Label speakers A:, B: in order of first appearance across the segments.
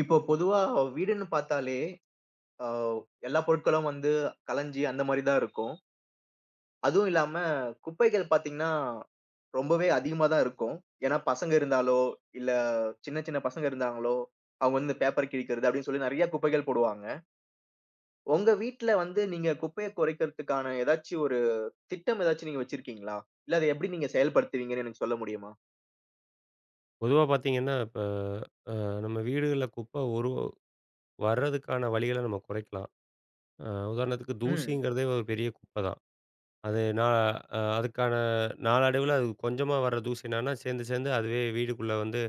A: இப்போ பொதுவா வீடுன்னு பார்த்தாலே, அ எல்லா பொருட்களும் வந்து கலஞ்சி அந்த மாரி தான் இருக்கும். அதுவும் இல்லாம குப்பைகள் பார்த்தீங்கன்னா, ரொம்பவே அதிகமா தான் இருக்கும். ஏன்னா பசங்க இருந்தாலோ, இல்ல சின்ன சின்ன பசங்க இருந்தாங்களோ, அவங்க வந்து பேப்பர் கிழிக்கிறது அப்படின்னு சொல்லி நெறைய குப்பைகள் போடுவாங்க. உங்க வீட்ல வந்து நீங்க குப்பைய குறைக்கிறதுக்கான ஏதாச்சும் ஒரு திட்டம் ஏதாச்சும் நீங்க வச்சிருக்கீங்களா? இல்ல அத எப்படி நீங்க செயல்படுத்துவீங்கன்னு எனக்கு சொல்ல முடியுமா?
B: பொதுவா பார்த்தீங்கன்னா, இப்ப அ நம்ம வீடுகள்ல குப்பை ஒரு வர்றதுக்கான வழிகள நம்ம குறைக்கலாம். அ உதாரணத்துக்கு
A: ம்.
B: தூசிங்கிறதே ஒரு பெரிய குப்பை தான். அது நான் அதுக்கான நாளடைவுல அது கொஞ்சமா வர்ற தூசி என்னன்னா, சேர்ந்து சேர்ந்து அதுவே வீடுக்குள்ள வந்து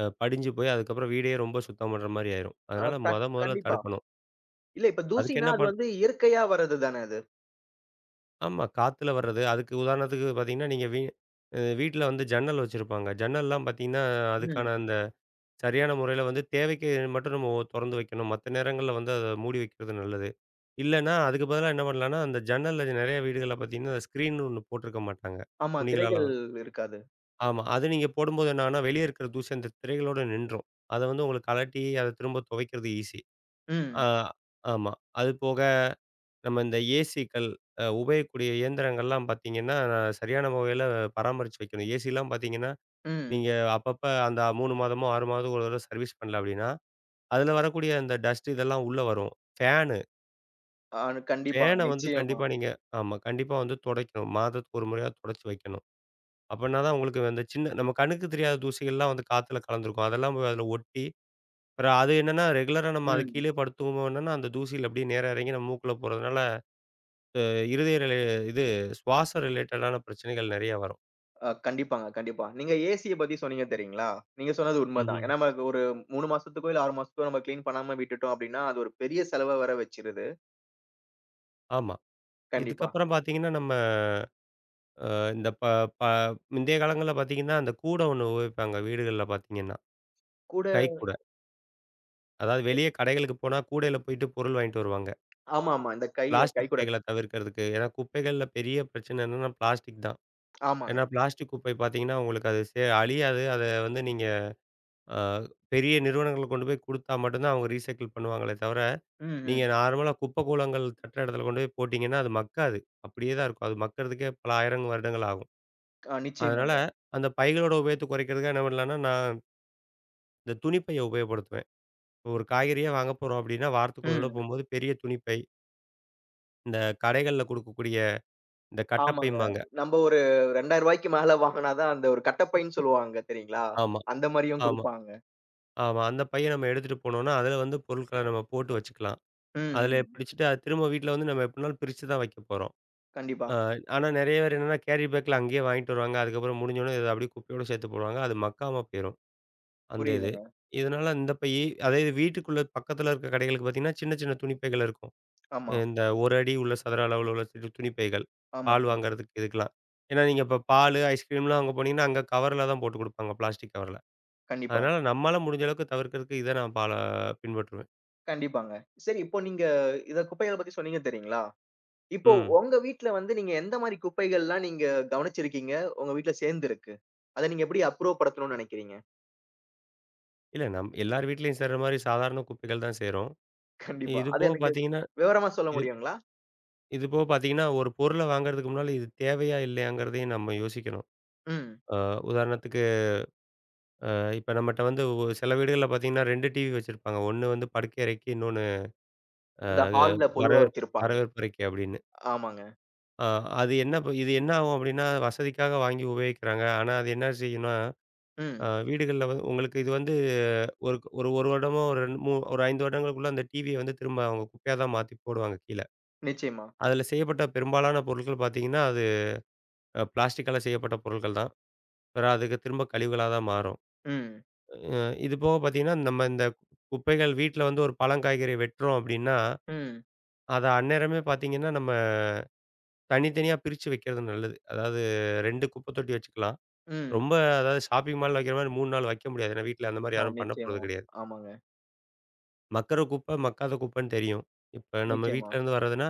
B: படிஞ்சு போய் அதுக்கப்புறம் வீடே ரொம்ப சுத்தம் பண்ற மாரி ஆயிரும்.
A: அ
B: அதனால
A: கண்
B: மொதல்ல
A: கண்டிப்பா.
B: தடுக்கணும்.
A: இல்ல இப்ப
B: அதுக்கு
A: தூசினா
B: என்ன
A: அது
B: பண்
A: வந்து இயற்கையா வர்றது தானே அது.
B: ஆமா, காத்துல வர்றது. அதுக்கு உதாரணத்துக்கு பார்த்தீங்கன்னா, நீங்க வீ அ வீட்ல வந்து ஜன்னல் வச்சிருப்பாங்க. ஜன்னல்லாம் பார்த்தீங்கன்னா,
A: ம்.
B: அதுக்கான அந்த சரியான முறையில வந்து தேவைக்கு மட்டும் நம்ம தொறந்து வைக்கணும். மத்த நேரங்கள்ல வந்து அத மூடி வைக்கிறது நல்லது. இல்லன்னா, அதுக்கு பதிலா என்ன பண்ணலான்னா, அந்த ஜன்னல்ல நெறைய வீடுகள்ல பார்த்தீங்கன்னா, ஸ்க்ரீன்னு ஒண்ணு போட்டிருக்க மாட்டாங்க.
A: ஆமா.
B: துணிகளால
A: திரைகள்
B: வந்து
A: இருக்காது.
B: ஆமா. அது நீங்க போடும்போது என்னாகும்னா, வெளிய இருக்கிற தூசி அந்த திரைகளோட நின்றும். அத வந்து உங்களுக்கு கழட்டி அத திரும்ப துவைக்கிறது ஈஸி. ஆ
A: ம்,
B: ஆமா. அது போக நம்ம இந்த ஏசிக்கள், உபயோகிக்கக்கூடிய இயந்திரங்கள்லாம் பார்த்தீங்கன்னா, சரியான முறையில பராமரிச்சு வைக்கணும். ஏசிலாம் பார்த்தீங்கன்னா,
A: ம்.
B: நீங்க அப்பப்ப அந்த 3 மாதமோ, 6 மாதத்துக்கு ஒரு தடவ சர்வீஸ் பண்ணல அப்டின்னா அதுல வரக்கூடிய அந்த டஸ்ட் இதெல்லாம் உள்ள வரும். ஃபேனு,
A: ஆ, கண்டிப்பாங்க.
B: ஃபேன வந்து
A: நிச்சயமா.
B: கண்டிப்பா நீங்க ஆமா. கண்டிப்பா வந்து துடைக்கணும். மாதத்துக்கு ஒரு முறையாவது துடைச்சு வைக்கணும். அப்பன்னா தான் உங்களுக்கு அந்த சின்ன நம்ம கண்ணுக்கு தெரியாத தூசிகள்லாம் வந்து காத்துல கலந்திருக்கும். அதெல்லாம் போய் அதுல ஒட்டி, அப்புறம் அது என்னன்னா ரெகுலரா நம்ம அது
A: ம்.
B: கீழயே படுத்து தூங்குனோம்னா, அந்த தூசியில அப்படியே நேரா இறங்கி நம்ம மூக்குல போறதுனால, அ இருதய ரிலே இது சுவாச ரிலேட்டடான பிரச்சனைகள் நெறைய வரும்.
A: கண்டிப்பாங்க, கண்டிப்பா. நீங்க ஏசிய பத்தி சொன்னீங்க தெரியுங்களா? நீங்க சொன்னது உண்மதான்.
B: ம்ஹ்ம்.
A: ஏன்னா, நமக்கு ஒரு 3 மாசத்துக்கோ, இல்ல 6 மாசத்துக்கோ நம்ம கிளீன் பண்ணாம விட்டுட்டோம் அப்படின்னா, அது ஒரு பெரிய செலவ வேற வச்சிருது.
B: ஆமா.
A: கண்டிப்பா.
B: இதுக்கப்புறம் பார்த்தீங்கன்னா, நம்ம அ இந்த ப ப முந்தைய காலங்கள்ல பார்த்தீங்கன்னா, அந்த கூட ஒண்ணு உபயோகிப்பாங்க வீடுகள்ல பார்த்தீங்கன்னா,
A: கூட.
B: கைக்கூட. அதாவது வெளிய கடைகளுக்கு போனா, கூடையில போயிட்டு பொருள் வாங்கிட்டு வருவாங்க.
A: ஆமாமா. இந்த கை
B: பிளாஸ்டிக்
A: கைக்கூட.
B: பைகள தவிர்க்கிறதுக்கு. ஏன்னா குப்பைகள்ல பெரிய பிரச்சனை என்னன்னா பிளாஸ்டிக் தான்.
A: ஆமாங்க.
B: ஏன்னா பிளாஸ்டிக் குப்பை பார்த்தீங்கன்னா, உங்களுக்கு அது அழியாது. அத வந்து நீங்க அ பெரிய நிறுவனங்கள் கொண்டு போய் குடுத்தா மட்டும் தான் அவங்க ரீசைக்கிள் பண்ணுவாங்களே தவிர,
A: ம்,
B: நீங்க
A: ம்.
B: நார்மலா குப்பை கூளங்கள் தட்டுற இடத்துல கொண்டு போய் போட்டீங்கன்னா, அது மக்காது. அப்படியே தான் இருக்கும். அது மக்கறதுக்கே பல 1000 வருடங்கள் ஆகும்.
A: அ,
B: அதனால
A: நிச்சயமாங்க.
B: அந்த பைகளோட உபயோகத்த குறைக்கிறதுக்காக என்ன பண்ணலான்னா, நான் இந்த துணிப்பைய உபயோகப்படுத்துவேன். இப்போ ஒரு காய்கறியே வாங்க போறோம் அப்படின்னா, வாரத்துக்கு ஒரு தடவ
A: ம்.
B: போம்போது பெரிய துணிப்பை இந்த கடைகள்ல குடுக்கக்கூடிய இந்த
A: ஆமாங்க.
B: கட்டப்பைம்பாங்க.
A: நம்ம ஒரு ரூ. 2000க்கு மேல வாங்குனா தான் அந்த ஒரு கட்டப்பைன்னு சொல்லுவாங்க தெரியுங்களா?
B: ஆமா,
A: அந்த மாரியும்
B: ஆமா,
A: குடுப்பாங்க.
B: ஆமா. அந்த பைய நம்ம எடுத்துட்டு போனோம்னா, அதுல வந்து பொருட்கள நம்ம போட்டு வச்சுக்கலாம்.
A: ம்,
B: அதுல
A: ம்.
B: பிடிச்சுட்டு அது திரும்ப வீட்ல வந்து நம்ம எப்படினாலும் பிரிச்சு தான் வைக்க போறோம்.
A: கண்டிப்பா.
B: அ ஆனா நெறைய பேர் என்னன்னா கேரி பேக்ல அங்கேயே வாங்கிட்டு வருவாங்க. அதுக்கப்புறம் முடிஞ்சோனே இத அப்படியே குப்பையோட சேர்த்து போடுவாங்க. அது மக்காம போயிரும் அந்த இது.
A: புரியுதுங்க.
B: இதனால இந்த பையி அதே இது வீட்டுக்குள்ள பக்கத்துல இருக்க கடைகளுக்கு பார்த்தீங்கன்னா, சின்ன சின்ன துணி பைகள் இருக்கும்.
A: ஆமா,
B: இந்த 1 அடி உள்ள சதுர அளவுல உள்ள துணி பைகள். பால்
A: ஆமாங்க.
B: வாங்குறதுக்கு இதுக்கெல்லாம். ஏன்னா நீங்க இப்ப பாலு, ஐஸ்கிரீம்லாம் அங்க போனீங்கன்னா, அங்க கவர்ல தான் போட்டு குடுப்பாங்க. பிளாஸ்டிக் கவர்ல.
A: கண்டிப்பா.
B: அதனால நம்மால முடிஞ்ச அளவுக்கு தவிர்க்கிறதுக்கு இத நான் பின்பற்றுவேன்.
A: கண்டிப்பாங்க. சரி இப்போ நீங்க இத குப்பைகள பத்தி சொன்னீங்க தெரியுங்களா? இப்போ
B: ம்.
A: உங்க வீட்ல வந்து நீங்க எந்த மாரி குப்பைகள்லாம் நீங்க கவனிச்சிருக்கீங்க? உங்க வீட்ல சேர்ந்திருக்கு? அத நீங்க எப்படி அப்புறப்படுத்தணும்னு நெனைக்கிறீங்க?
B: இல்ல நம் எல்லார் வீட்லயும் சேர்ற மாரி சாதாரண குப்பைகள் தான் சேரும்.
A: கண்டிப்பா.
B: இது
A: அது
B: போக
A: எனக்கு
B: பார்த்தீங்கன்னா,
A: விவரமா சொல்ல
B: இது
A: முடியுங்களா?
B: இது போக பார்த்தீங்கன்னா, ஒரு பொருள வாங்குறதுக்கு முன்னால இது தேவையா இல்லையாங்கிறதையும் நம்ம யோசிக்கணும்.
A: ம்.
B: அ உதாரணத்துக்கு இப்ப நம்மட்ட வந்து சில வீடுகள்ல பார்த்தீங்கன்னா 2 டிவி வச்சிருப்பாங்க. ஒண்ணு வந்து படுக்கை அறைக்கு, இன்னொன்னு அ
A: இந்த ஹால்ல பொதுவா வச்சிருப்பாங்க.
B: வரவேற்பறைக்கு அப்படின்னு.
A: ஆமாங்க.
B: ஆ, அது என்ன ப இது என்ன ஆகும் அப்டின்னா, வசதிக்காக வாங்கி உபயோகிக்கிறாங்க. ஆனா, அது என்ன செய்யும்னா,
A: ம்.
B: வீடுகள்ல வந்து உங்களுக்கு இது வந்து ஒரு ஒரு 1 வருடமோ, ஒரு 2 மூ ஒரு 5 வருடங்களுக்குள்ள அந்த டிவிய வந்து திரும்ப அவங்க குப்பையா தான் மாத்தி போடுவாங்க கீழ.
A: நிச்சயமா.
B: அதுல செய்யப்பட்ட பெரும்பாலான பொருட்கள் பார்த்தீங்கன்னா, அது பிளாஸ்டிக்கால செய்யப்பட்ட பொருட்கள் தான். பிற அதுக்கு திரும்ப கழிவுகளா தான் மாறும்.
A: ம்.
B: அ இது போக பார்த்தீங்கன்னா, நம்ம இந்த குப்பைகள் வீட்ல வந்து ஒரு பழம், காய்கறி வெட்டுறோம் அப்டின்னா,
A: ம்.
B: அத அந்நேரமே பார்த்தீங்கன்னா, நம்ம தனித்தனியா பிரிச்சு வைக்கிறது நல்லது. அதாவது 2 குப்பை தொட்டி வச்சுக்கலாம்.
A: ம்.
B: ரொம்ப அதாவது ஷாப்பிங் மால்ல வைக்கிற மாரி 3 நாள் வைக்க முடியாது. ஏன்னா வீட்ல அந்த மாரி
A: ஆ,
B: யாரும் பண்ண போறது
A: நிச்சயமா.
B: கிடையாது.
A: ஆமாங்க.
B: மக்குற குப்பை, மக்காத குப்பைன்னு தெரியும். இப்ப நம்ம
A: நிச்சயமா.
B: வீட்லருந்து வர்றதுன்னா,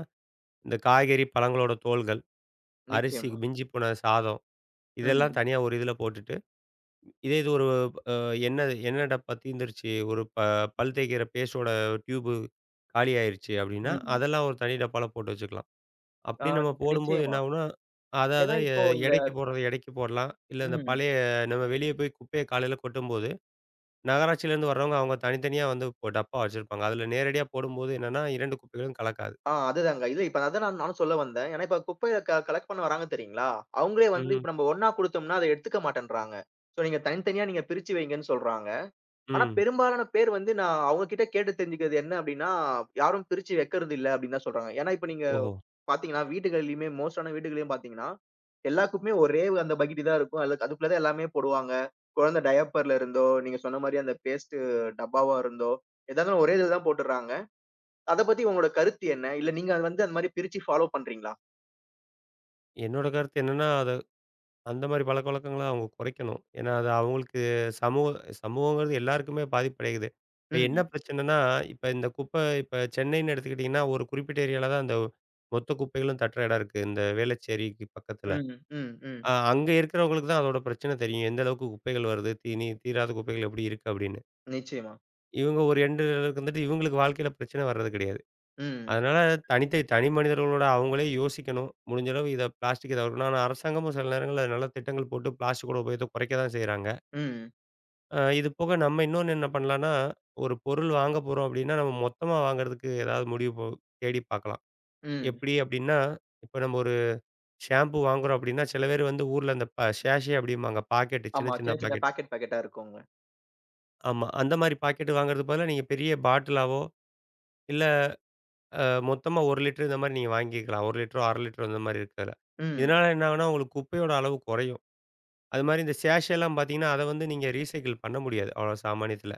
B: இந்த காய்கறி, பழங்களோட தோல்கள், அரிசி
A: நிச்சயமா.
B: மிஞ்சி போன சாதம், இதெல்லாம்
A: ம்.
B: தனியா ஒரு இதுல போட்டுட்டு, இதே இது ஒரு அ எண்ணெய் எண்ணெய் டப்பா தீந்துருச்சு, ஒரு ப பல் தேய்க்கிற பேஸ்ட்டோட டியூபு காலியாயிருச்சு அப்டின்னா,
A: ம்.
B: அதெல்லாம் ஒரு தனி டப்பால போட்டு வச்சுக்கலாம்.
A: ஆ,
B: அப்டி நம்ம போடும்போது என்ன
A: நிச்சயமா.
B: ஆகும்னா, அத அத
A: ஏன்னா
B: எ
A: இப்போ இந்த
B: எடைக்கு போடுறத எடைக்கு போடலாம். இல்ல இந்த
A: ம்.
B: பழைய நம்ம வெளிய போய் குப்பைய காலையில கொட்டும்போது நகராட்சியிலேருந்து வர்றவங்க அவங்க தனித்தனியா வந்து இப்போ டப்பா வச்சிருப்பாங்க. அதுல நேரடியா போடும்போது என்னன்னா, 2 குப்பைகளும் கலக்காது.
A: ஆ, அதுதாங்க. இல்ல இப்ப அதான் நானும் சொல்ல வந்தேன். ஏன்னா இப்ப குப்பைய கலெக்ட் பண்ண வராங்க தெரியுங்களா? அவங்களே வந்து
B: ம்ஹ்ம்.
A: இப்ப நம்ம ஒண்ணா குடுத்தோம்னா, அத எடுத்துக்க மாட்டேன்றாங்க. ஸோ நீங்க தனித்தனியா நீங்க பிரிச்சு வைங்கன்னு சொல்றாங்க. ஆனா
B: ம்.
A: பெரும்பாலான பேர் வந்து நான் அவங்க கிட்ட கேட்டு தெரிஞ்சுக்கிறது என்ன அப்டின்னா, யாரும் பிரிச்சு வைக்கிறது இல்ல அப்டின்னு தான் சொல்றாங்க. ஏன்னா இப்ப நீங்க
B: ஓஹோ!
A: பாத்தீங்கன்னா, வீடுகள்லயுமே மோஸ்ட்டான வீடுகள்லயும் பாத்தீங்கன்னா, எல்லா குப்பையும் ஒரே அந்த பக்கெட்டு தான் இருக்கும். அதுல அதுக்குள்ள தான் எல்லாமே போடுவாங்க. குழந்தை டயப்பர்ல இருந்தோ, நீங்க சொன்ன மாரி அந்த பேஸ்ட்டு டப்பாவா இருந்தோ, எதா இருந்தாலும் ஒரே இதுல தான் போட்டுர்றாங்க. அத பத்தி உங்களோட கருத்து என்ன? இல்ல நீங்க அத வந்து அந்த மாரி பிரிச்சு ஃபாலோ பண்றீங்களா?
B: என்னோட கருத்து என்னன்னா, அத அந்த மாரி பழக்கவழக்கங்கள அவங்க குறைக்கணும். ஏன்னா, அது அவங்களுக்கு சமூக சமூகங்கிறது எல்லாருக்குமே பாதிப்படையுது. இப்ப என்ன
A: ம்.
B: பிரச்சனைன்னா, இப்ப இந்த குப்பை இப்ப சென்னைன்னு எடுத்துக்கிட்டிங்கன்னா, ஒரு குறிப்பிட்ட ஏரியால தான் அந்த மொத்த குப்பைகளும் தட்டுற இடம் இருக்கு. இந்த வேளச்சேரிக்கு பக்கத்துல.
A: ம், ம், ம்.
B: அங்க இருக்கிறவங்களுக்கு தான் அதோட பிரச்சனை தெரியும். எந்த அளவுக்கு குப்பைகள் வருது? தீனி தீராத குப்பைகள் எப்படி இருக்கு? அப்படின்னு.
A: நிச்சயமா.
B: இவங்க ஒரு எண்டுல இருந்துட்டு இவங்களுக்கு வாழ்க்கையில பிரச்சனை வர்றது கிடையாது.
A: ம்,
B: அதனால தனித்த தனி மனிதர்களோட அவங்களே யோசிக்கணும். முடிஞ்ச அளவு இத பிளாஸ்டிக்க தவிர்க்கணும். ஆனா அரசாங்கமும் சில நேரங்கள்ல நல்ல திட்டங்கள் போட்டு பிளாஸ்டிக்கோட உபயோகத்த குறைக்க தான் செய்றாங்க.
A: ம்,
B: இது போக நம்ம இன்னொன்னு என்ன பண்ணலான்னா, ஒரு பொருள் வாங்க போறோம் அப்டின்னா, நம்ம மொத்தமா வாங்குறதுக்கு ஏதாவது முடிவு போ தேடி பார்க்கலாம்.
A: ம்.
B: எப்டி அப்டின்னா, இப்ப நம்ம ஒரு ஷாம்பு வாங்குறோம் அப்டின்னா, சில பேர் வந்து ஊர்ல இந்த ப சேஷே அப்டிம்பாங்க. பாக்கெட் சின்ன
A: ஆமா.
B: சின்ன
A: சின்ன சின்ன
B: பாக்கெட்.
A: பாக்கெட் பாக்கெட்டா இருக்குங்க.
B: ஆமா. அந்த மாரி பாக்கெட் வாங்குறதுக்கு பதிலா நீங்க பெரிய பாட்டிலாவோ, இல்ல அ மொத்தமா 1 லிட்டர் இந்த மாரி நீங்க வாங்கிக்கலாம். 1 லிட்டரோ, 1/2 லிட்டரோ அந்த மாரி இருக்கிறதுல.
A: ம்.
B: இதனால என்ன ஆகும்னா, உங்களுக்கு குப்பையோட அளவு குறையும். அது மாரி இந்த சேஷெல்லாம் பார்த்தீங்கன்னா, அத வந்து நீங்க ரீசைக்கிள் பண்ண முடியாது. அவ்வளோ சாமானியத்துல.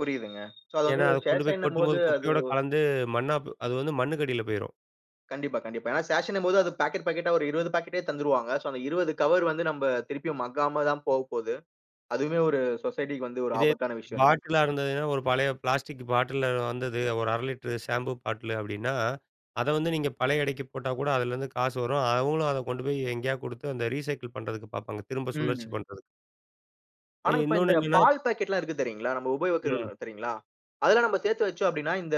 A: புரியுதுங்க. ஸோ அது
B: ஏன்னா,
A: வந்து
B: அத கொண்டு போய்
A: சேஷன்னும்போது
B: கொட்டும்போது
A: அது
B: குப்பையோட கலந்து மண்ணா போ அது வந்து மண்ணுக்கடியில போயிரும்.
A: கண்டிப்பா, கண்டிப்பா. ஏன்னா சேஷன்னும்போது அது பாக்கெட் பாக்கெட்டா ஒரு 20 பாக்கெட்டே தந்துருவாங்க. ஸோ அந்த 20 கவர் வந்து நம்ப திருப்பியும் மக்காம தான் போகப்போது. அதுவுமே ஒரு சொசைட்டிக்கு வந்து ஒரு
B: இதே
A: ஆபத்தான விஷயம் தான்.
B: பாட்டிலா இருந்ததுன்னா, ஒரு பழைய பிளாஸ்டிக் பாட்டில்ல வந்தது ஒரு 1/2 லிட்டர் ஷாம்பு பாட்டிலு அப்டின்னா, அத வந்து நீங்க பழைய எடைக்கு போட்டா கூட அதுலேருந்து காசு வரும். அவங்களும் அத கொண்டு போய் எங்கேயா குடுத்து அந்த ரீசைக்கிள் பண்றதுக்கு பார்ப்பாங்க. திரும்ப சுழற்சி
A: ம்.
B: பண்றதுக்கு.
A: ஆனா, இப்ப இந்த
B: இன்னொன்னு என்னன்னா
A: பால் பாக்கெட்லாம் இருக்கு தெரியுங்களா? நம்ம உபயோகிக்கிற
B: ம்,
A: தெரியுங்களா? அதெல்லாம் நம்ம சேர்த்து வச்சோம் அப்டின்னா, இந்த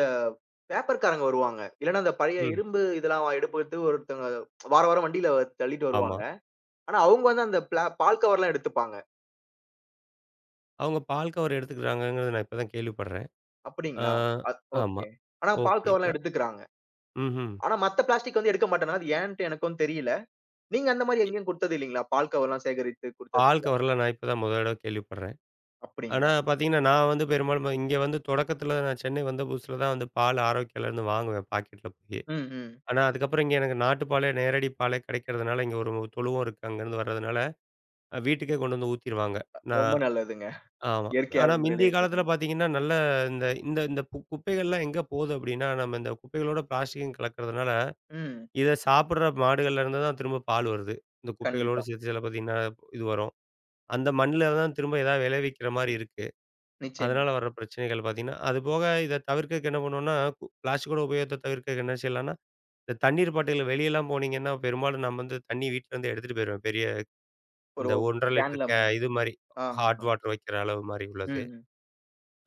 A: பேப்பர்காரங்க வருவாங்க. இல்லன்னா, அந்த பழைய
B: ம்.
A: இரும்பு இதெல்லாம் எடுத்து ஒருத்தவங்க வாரம் வாரம் வண்டியில தள்ளிட்டு
B: ஆமா.
A: வருவாங்க. ஆனா, அவங்க வந்து அந்த பால் கவர்லாம் எடுத்துப்பாங்க.
B: அவங்க பால் கவர் எடுத்துக்கிறாங்கங்கிறத நான் இப்ப தான் கேள்விப்படுறேன். ஆ,
A: அப்படிங்களா? அ
B: ஆமா.
A: ஓகே. ஆனா, பால்
B: ஓகே. ந
A: கவர்லாம் எடுத்துக்கிறாங்க.
B: ம்ஹ்ம்.
A: ஆனா, மத்த பிளாஸ்டிக் வந்து எடுக்க மாட்டேன்றாங்க. அது ஏன்ட்டு எனக்கும் தெரியல. நீங்க அந்த மாரி
B: எ
A: எங்கேயும் குடுத்தது இல்லீங்களா? பால் கவர்லாம் சேகரித்து குடுத்தது
B: பால்
A: இல்லையா?
B: கவர்லாம் நான் இப்ப தான் முதல் தடவ கேள்விப்படுறேன். ஆனா
A: அப்படிங்களா?
B: பார்த்தீங்கன்னா, நான் வந்து பெரும்பாலும் இங்க வந்து தொடக்கத்தில நான் சென்னை வந்த புதுசுல தான் வந்து பால் ஆரோக்கியாலருந்து வாங்குவேன் பாக்கெட்ல போயி.
A: ம், ம்.
B: ஆனா அதுக்கப்புறம் இங்க எனக்கு நாட்டு பாலே, நேரடி பாலே கிடைக்கிறதுனால இங்க ஒரு தொழுவம் இருக்கு அங்கருந்து வர்றதுனால, வீட்டுக்கே கொண்டு வந்து ஊத்திருவாங்க.
A: ரொம்ப
B: நான்
A: நல்லதுங்க.
B: ஆமா.
A: இயற்கையான
B: ஆனா மிந்தைய
A: முறையிலே
B: காலத்தில
A: கொடுங்க.
B: பார்த்தீங்கன்னா, நல்ல இந்த இந்த இந்த பு குப்பைகள்லாம் எங்க போகுது அப்டின்னா, நம்ம இந்த குப்பைகளோட பிளாஸ்டிக்கும் கலக்கிறதுனால
A: ம்.
B: இத சாப்பிடுற மாடுகள்ல இருந்து தான் திரும்ப பால் வருது. இந்த குப்பைகளோட
A: கண்டிப்பா.
B: சேர்த்து சில பார்த்தீங்கன்னா, இது வரும். அந்த மண்ணுல தான் திரும்ப ஏதாவது விளைவிக்கிற மாரி இருக்கு.
A: நிச்சயமா.
B: அதனால வர்ற பிரச்சனைகள் பார்த்தீங்கன்னா, அதுபோக இத தவிர்க்கறக்கு என்ன பண்ணுவோம்னா, பிளாஸ்டிக்கோட உபயோகத்த தவிர்க்கறக்கு என்ன செய்யலாம்னா, இந்த தண்ணீர் பாட்டில்ல வெளியலாம் போனீங்கன்னா, பெரும்பாலும் நான் வந்து தண்ணி வீட்ல இருந்து எடுத்துட்டு போயிருவேன். பெரிய
A: ஒரு
B: இந்த 1 1/2 லிட்டர்
A: கேன்ல.
B: இது மாரி ஹாட்
A: ஆஹாஹா.
B: வாட்டர் வைக்கிற அளவு மாரி
A: ம்,
B: உள்ளது.
A: ம்.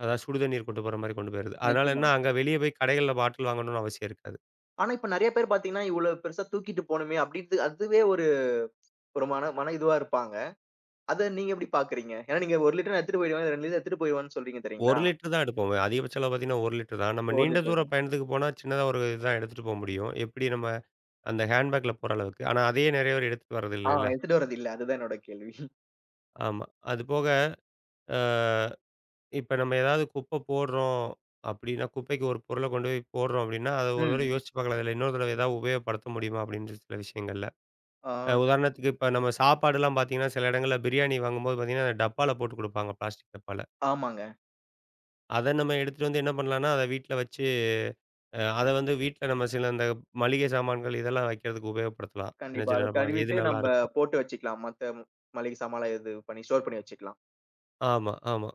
B: அதாவது சுடு தண்ணீர் கொண்டு போற மாரி கொண்டு போயிறது. அதனால
A: நிச்சயமா.
B: என்ன அங்க வெளிய போய் கடைகள்ல பாட்டில் வாங்கணும்னு அவசியம் இருக்காது.
A: ஆனா இப்ப நெறைய பேர் பார்த்தீங்கன்னா, இவ்ளோ பெருசா தூக்கிட்டு போணுமே அப்டின்ட்டு அதுவே ஒரு ஒரு மன மன இதுவா இருப்பாங்க. அத நீங்க எப்டி பார்க்குறீங்க? ஏன்னா நீங்க 1 லிட்டர் நான் எடுத்துட்டு போயிடுவேன், 2 லிட்டர் எடுத்துட்டு போயிடுவேன்னு சொல்றீங்க
B: 1
A: தெரியுங்களா?
B: லிட்டர் தான் எடுப்போம். அதிகபட்ச அளவு பார்த்தீங்கன்னா 1 லிட்டர் தான். நம்ம
A: 4
B: நீண்ட
A: லிட்டர்
B: தூர
A: தான்.
B: பயணத்துக்கு போனா, சின்னதா ஒரு இதுதான் எடுத்துட்டு போ முடியும். எப்படி நம்ம அந்த ஹேண்ட்பேக்ல போற அளவுக்கு. ஆனா அதையே நிறைய பேர் எடுத்துட்டு
A: ஆ,
B: வர்றதில்லைல்ல.
A: எடுத்துட்டு வரது இல்ல. அதுதான் என்னோட கேள்வி.
B: ஆமா. அது போக அ இப்ப நம்ம ஏதாவது குப்பை போடுறோம் அப்படின்னா, குப்பைக்கு ஒரு பொருள கொண்டு போய் போடுறோம் அப்படின்னா, அத ஒரு தடவை
A: ம்.
B: யோசிச்சு பார்க்கலாம். இதில இன்னொரு தடவை ஏதாவது உபயோகப்படுத்த முடியுமா? அப்படின்ற சில விஷயங்கள்ல.
A: ஆ,
B: உதாரணத்துக்கு இப்ப நம்ம சாப்பாடுலாம் பார்த்தீங்கன்னா, சில இடங்கள்ல பிரியாணி வாங்கும்போது பார்த்தீங்கன்னா, டப்பால போட்டு குடுப்பாங்க. பிளாஸ்டிக் டப்பால.
A: ஆமாங்க.
B: அத நம்ம எடுத்துட்டு வந்து என்ன பண்ணலான்னா, அத வீட்ல வச்சு, அ அத வந்து வீட்ல நம்ம சில அந்த மளிகை சாமான்கள் இதெல்லாம் வைக்கிறதுக்கு உபயோகப்படுத்தலாம். சின்ன
A: கண்டிப்பா. அத
B: சின்ன டப்பாங்கள்
A: கழுவிட்டு
B: எது
A: நம்ப
B: நல்லாருக்கோ.
A: போட்டு வச்சுக்கலாம். மத்த மளிகை சாமான்லாம் இது பண்ணி ஸ்டோர் பண்ணி வச்சுக்கலாம்.
B: ஆமா.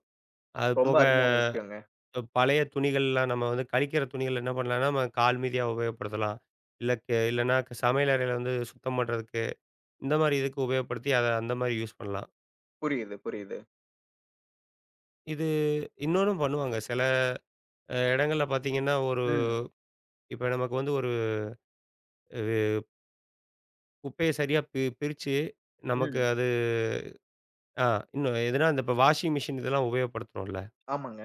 B: அது
A: ரொம்ப
B: போக
A: அருமையான விஷயங்க.
B: பழைய துணிகள்லாம் நம்ம வந்து கழிக்கிற துணிகள் என்ன பண்ணலான்னா, நம்ம கால் மிதியா உபயோகப்படுத்தலாம். இல்ல கெ இல்லன்னா சமையல் அறையில வந்து சுத்தம் பண்றதுக்கு, இந்த மாரி இதுக்கு உபயோகப்படுத்தி அத அந்த மாரி யூஸ் பண்ணலாம்.
A: புரியுது, புரியுது.
B: இது இன்னொன்னும் பண்ணுவாங்க. சில இடங்கள்ல பார்த்தீங்கன்னா, ஒரு
A: ம்,
B: இப்ப நமக்கு வந்து ஒரு அ குப்பைய சரியா பிரிச்சு நமக்கு
A: ம்.
B: அது ஆ இன்னும் எதுனா, இந்த இப்ப வாஷிங் மிஷின் இதெல்லாம் உபயோகப்படுத்துறோம்ல.
A: ஆமாங்க.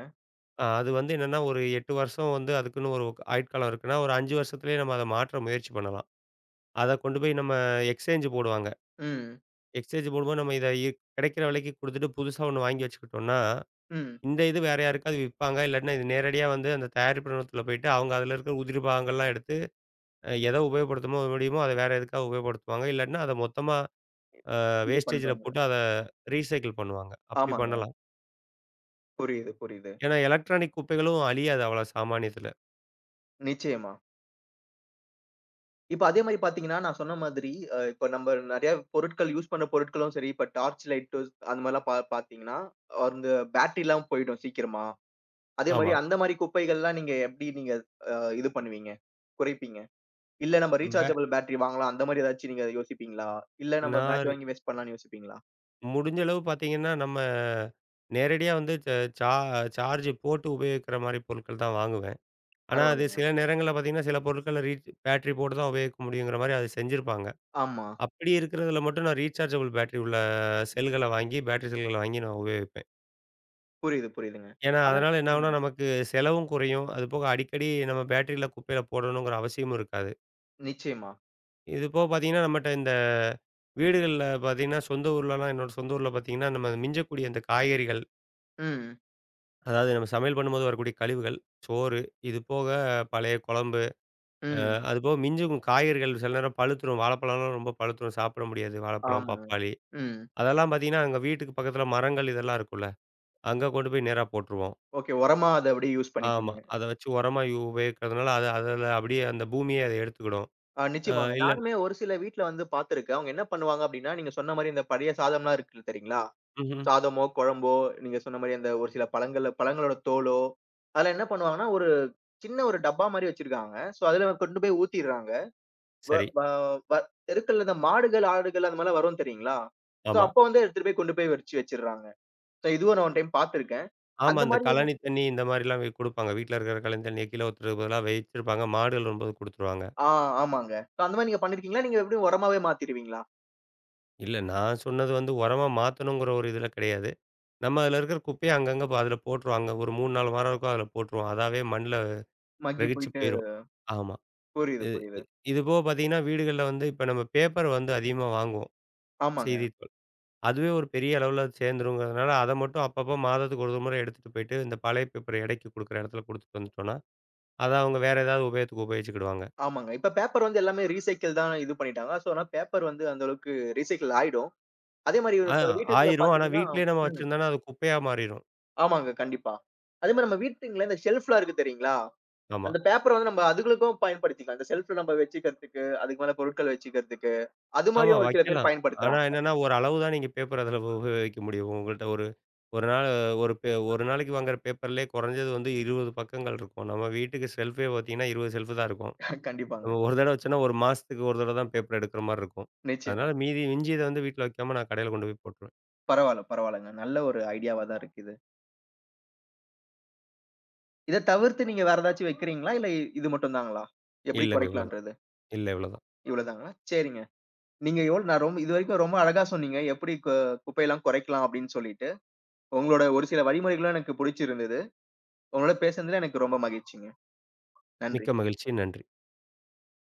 B: அது வந்து என்னன்னா, ஒரு 8 வருஷம் வந்து அதுக்குன்னு ஒரு ஆயுட்காலம் இருக்குன்னா, ஒரு 5 வருஷத்திலேயே நம்ம அத மாற்ற முயற்சி பண்ணலாம். அத கொண்டு போய் நம்ம எக்ஸ்சேஞ்ச் போடுவாங்க.
A: ம்,
B: எக்ஸ்சேஞ்ச் போடும்போது நம்ம இத இ கிடைக்கிற விலைக்கு குடுத்துட்டு, புதுசா ஒண்ணு வாங்கி வச்சுக்கிட்டோம்னா,
A: ம்.
B: இந்த இது வேற யாருக்காவது விப்பாங்க. இல்லாட்டினா இது நேரடியா வந்து அந்த தயாரிப்பு நிறுவனத்தில போயிட்டு, அவங்க அதுல இருக்கிற உதிரி பாகங்கள்லாம் எடுத்து, எத உபயோகப்படுத்தமோ முடியுமோ, அத வேற எதுக்காவது உபயோகப்படுத்துவாங்க. இல்லாட்டினா, அத மொத்தமா அ
A: இது
B: வேஸ்டேஜ்ல
A: பண்றாங்க.
B: போட்டு அத ரீசைக்கிள் பண்ணுவாங்க. அப்படி
A: ஆமாங்க.
B: பண்ணலாம்.
A: புரியுது, புரியுது.
B: ஏன்னா எலக்ட்ரானிக் குப்பைகளும் அழியாது அவ்வளோ சாமானியத்துல.
A: நிச்சயமா. இப்ப அதே மாரி பார்த்தீங்கன்னா, நான் சொன்ன மாதிரி இப்ப நம்ம நெறைய பொருட்கள் யூஸ் பண்ண பொருட்களும் சரி, இப்ப டார்ச் லைட்டு அந்த மாரிலாம் பார்த்தீங்கன்னா, அந்த பேட்டரிலாம் போயிடும் சீக்கிரமா. அதே மாரி
B: ஆமா.
A: அந்த மாரி குப்பைகள்லாம் நீங்க எப்படி நீங்க அ இது பண்ணுவீங்க? குறைப்பீங்க? இல்ல நம்ம
B: பே
A: ரீசார்ஜபிள் பேட்டரி வாங்கலாம் அந்த மாரி ஏதாச்சும் நீங்க யோசிப்பீங்களா? இல்ல நம்ம
B: நான்
A: பேட்டரி
B: ரி-
A: வாங்கி வேஸ்ட் பண்ணலாம்ன்னு யோசிப்பீங்களா?
B: முடிஞ்ச அளவு பார்த்தீங்கன்னா, நம்ம நேரடியா வந்து ச சா சார்ஜ் போட்டு உபயோகிக்கிற மாரி பொருட்கள் தான் வாங்குவேன். ஆனா, அது
A: பரவால்ல.
B: சில நேரங்கள்ல பார்த்தீங்கன்னா, சில பொருட்கள ரீச் பேட்டரி போட்டு தான் உபயோகிக்க முடியுங்கிற மாரி அது செஞ்சிருப்பாங்க.
A: ஆமா.
B: அப்படி இருக்கிறதுல மட்டும் நான் ரீசார்ஜபிள் பேட்டரி உள்ள செல்கள வாங்கி, பேட்டரி செல்கள வாங்கி நான் உபயோகிப்பேன்.
A: புரியுது, புரியுதுங்க.
B: ஏன்னா,
A: ஆனா
B: அதனால என்ன
A: ம்.
B: ஆகும்னா, நமக்கு செலவும் குறையும். அதுபோக அடிக்கடி நம்ம பேட்டரியில குப்பையில போடணுங்கிற அவசியமும் இருக்காது.
A: நிச்சயமா.
B: இது போக பார்த்தீங்கன்னா, நம்மட்ட இந்த வீடுகள்ல பார்த்தீங்கன்னா, சொந்த ஊர்லலாம் என்னோட சொந்த ஊர்ல பார்த்தீங்கன்னா, நம்ம மிஞ்சக்கூடிய இந்த காய்கறிகள்,
A: ம்.
B: அதாவது நம்ம சமையல் பண்ணும்போது வரக்கூடிய கழிவுகள், சோறு, இது போக பழைய குழம்பு,
A: ம்.
B: அது போக மிஞ்சும் காய்கறிகள் சில நேரம் பழுத்துரும். வாழைப்பழம்லாம் ரொம்ப பழுத்துரும். சாப்பிட முடியாது. வாழைப்பழம்,
A: ஆமாங்க.
B: பப்பாளி
A: ம்.
B: அதெல்லாம் பார்த்தீங்கன்னா, அங்க வீட்டுக்கு பக்கத்தில மரங்கள் இதெல்லாம் இருக்கும்ல. அங்க கொண்டு போய் நேரா போட்டுருவோம்.
A: ஓகே. உரமா அத அப்படியே யூஸ்
B: ஆமா.
A: பண்ணிப்பீங்க.
B: அத வச்சு உரமா உபயோகிக்கிறதுனால, அது அதில அப்படியே அந்த பூமியே அத எடுத்துக்கிடும்.
A: ஆ,
B: அ
A: நிச்சயமாங்க.
B: இல்ல
A: நானுமே ஒரு சில வீட்ல வந்து பார்த்துருக்கேன். அவங்க என்ன பண்ணுவாங்க அப்டின்னா, நீங்க சொன்ன மாரி இந்த பழைய சாதம்லாம் இருக்கு தெரியுங்களா?
B: ம்ஹ்ம்.
A: சாதமோ, குழம்போ, நீங்க சொன்ன மாரி அந்த ஒரு சில பழங்கள்ல பழங்களோட தோலோ, அதெல்லாம் என்ன பண்ணுவாங்கன்னா, ஒரு சின்ன ஒரு டப்பா மாரி வச்சிருக்காங்க. ஸோ, அதுல கொண்டு போய் ஊத்திர்றாங்க. வ
B: சரி.
A: வ வ தெருக்கள்ல இந்த மாடுகள், ஆடுகள் அந்த மாரிலாம் வரும் தெரியுங்களா? ஸோ,
B: ஆமா.
A: அப்போ வந்து எடுத்துட்டு போய் கொண்டு போய் வச்சுர்றாங்க. ஸோ, இதுவும் நான் 1 டைம் பார்த்துருக்கேன்.
B: ஆமா.
A: அந்த
B: அந்த
A: மாரி வந்து
B: கழனி தண்ணி இந்த மாரிலாம் குடுப்பாங்க. வீட்ல இருக்கிற கழனி தண்ணிய கீழ ஊத்துறதுக்கு பதிலா வச்சிருப்பாங்க. மாடுகள் வரும்போது குடுத்துருவாங்க.
A: ஆ, ஆமாங்க. ஸோ, அந்த மாரி நீங்க பண்ணியிருக்கீங்களா? நீங்க எப்டியும் உரமாவே மாத்திருவீங்களா?
B: இல்ல நான் சொன்னது வந்து உரமா மாத்தணுங்கிற ஒரு இதில கிடையாது. நம்ம அதில இருக்கிற குப்பைய அங்கங்க அதில போட்டுருவாங்க. ஒரு 3, 4 மரம் இருக்கும் அதில போட்டுருவோம். அதாவே மண்ல
A: மக்கி
B: கிரகிச்சு
A: போயிட்டு
B: போயிரும். ஆமா.
A: புரியுது,
B: இது இ
A: புரியுது.
B: இது போக பார்த்தீங்கன்னா, வீடுகள்ல வந்து இப்ப நம்ம பேப்பர் வந்து அதிகமா வாங்குவோம்.
A: ஆமாங்க.
B: செய்தித்தாள். அதுவே ஒரு பெரிய அளவுல சேர்ந்துருங்கிறதுனால, அத மட்டும் அப்பப்போ மாதத்துக்கு ஒரு முறை எடுத்துட்டு போயிட்டு, இந்த பழைய பேப்பர் எடைக்கு குடுக்குற இடத்துல குடுத்துட்டு வந்துட்டோம்னா, அத அவங்க வேற ஏதாவது உபயோகத்துக்கு உபயோகிச்சுக்கிடுவாங்க.
A: ஆமாங்க. இப்ப பேப்பர் வந்து எல்லாமே ரீசைக்கிள் தான் இது பண்ணிட்டாங்க. ஸோ அதனால பேப்பர் வந்து அந்த அளவுக்கு ரீசைக்கிள் ஆயிடும். அதே மாரி
B: ஆ
A: இப்ப வீட்டுங்கள்ல
B: ஆயிரும். ஆனா
A: பார்த்தீங்கன்னா
B: வீட்லயே நம்ம
A: ம்.
B: வச்சிருந்தோம்னா, அது குப்பையா மாறிரும்.
A: ஆமாங்க. கண்டிப்பா. அதே மாரி நம்ம வீட்டுங்கள்ல இந்த ஷெல்ஃப்லாம் இருக்கு தெரியுங்களா?
B: ஆமா.
A: அந்த பேப்பர வந்து நம்ம அதுகளுக்கும் பயன்படுத்திக்கலாம். இந்த ஷெல்ஃப்ல நம்ம வச்சுக்கிறதுக்கு, அதுக்கு மேல பொருட்கள் வச்சுக்கிறதுக்கு, அது
B: ஆமா
A: மாரியும் ஒரு சில பேர்
B: வைக்கலாம். ஆனா
A: பயன்படுத்துறாங்க.
B: என்னன்னா, ஒரு அளவு தான் நீங்க பேப்பர் அதில உபயோகிக்க முடியும். உங்கள்ட்ட ஒரு ஒரு நாள் ஒரு பே ஒரு நாளைக்கு வாங்குற பேப்பர்லயே குறைஞ்சது வந்து 20 பக்கங்கள் இருக்கும். நம்ம வீட்டுக்கு ஷெல்ஃபே பார்த்தீங்கன்னா, 20 ஷெல்ஃபு தான் இருக்கும்.
A: கண்டிப்பாங்க.
B: நம்ம ஒரு தடவ வச்சோம்னா, ஒரு மாசத்துக்கு ஒரு தடவ தான் பேப்பர் எடுக்கிற மாரி இருக்கும்.
A: நிச்சயமா.
B: அதனால மீதி மிஞ்சியத வந்து வீட்ல வைக்காம நான் கடையில கொண்டு போய் போட்டுருவேன்.
A: பரவால்ல, பரவால்லங்க. நல்ல ஒரு ஐடியாவா தான் இருக்கு இது. இத தவிர்த்து நீங்க வேற ஏதாச்சும் வைக்கிறீங்களா? இல்ல இது மட்டும் தாங்களா? எப்படி
B: இல்லங்க இவ்வளோதான்.
A: குறைக்கலான்றது?
B: இல்ல இவ்வளோதான்.
A: இவ்வளோ தாங்களா? சரிங்க. நீங்க எவ்ளோ நான் ரொம்ப இதுவரைக்கும் ரொம்ப அழகா சொன்னீங்க. எப்படி குப்பையெல்லாம் குறைக்கலாம் அப்படின்னு சொல்லிட்டு. உங்களோட ஒரு சில வழிமுறைகளும் எனக்கு புடிச்சிருந்தது. உங்களோட பேசுனதுல எனக்கு ரொம்ப மகிழ்ச்சிங்க. நன்றி.
B: மிக்க மகிழ்ச்சி. நன்றி.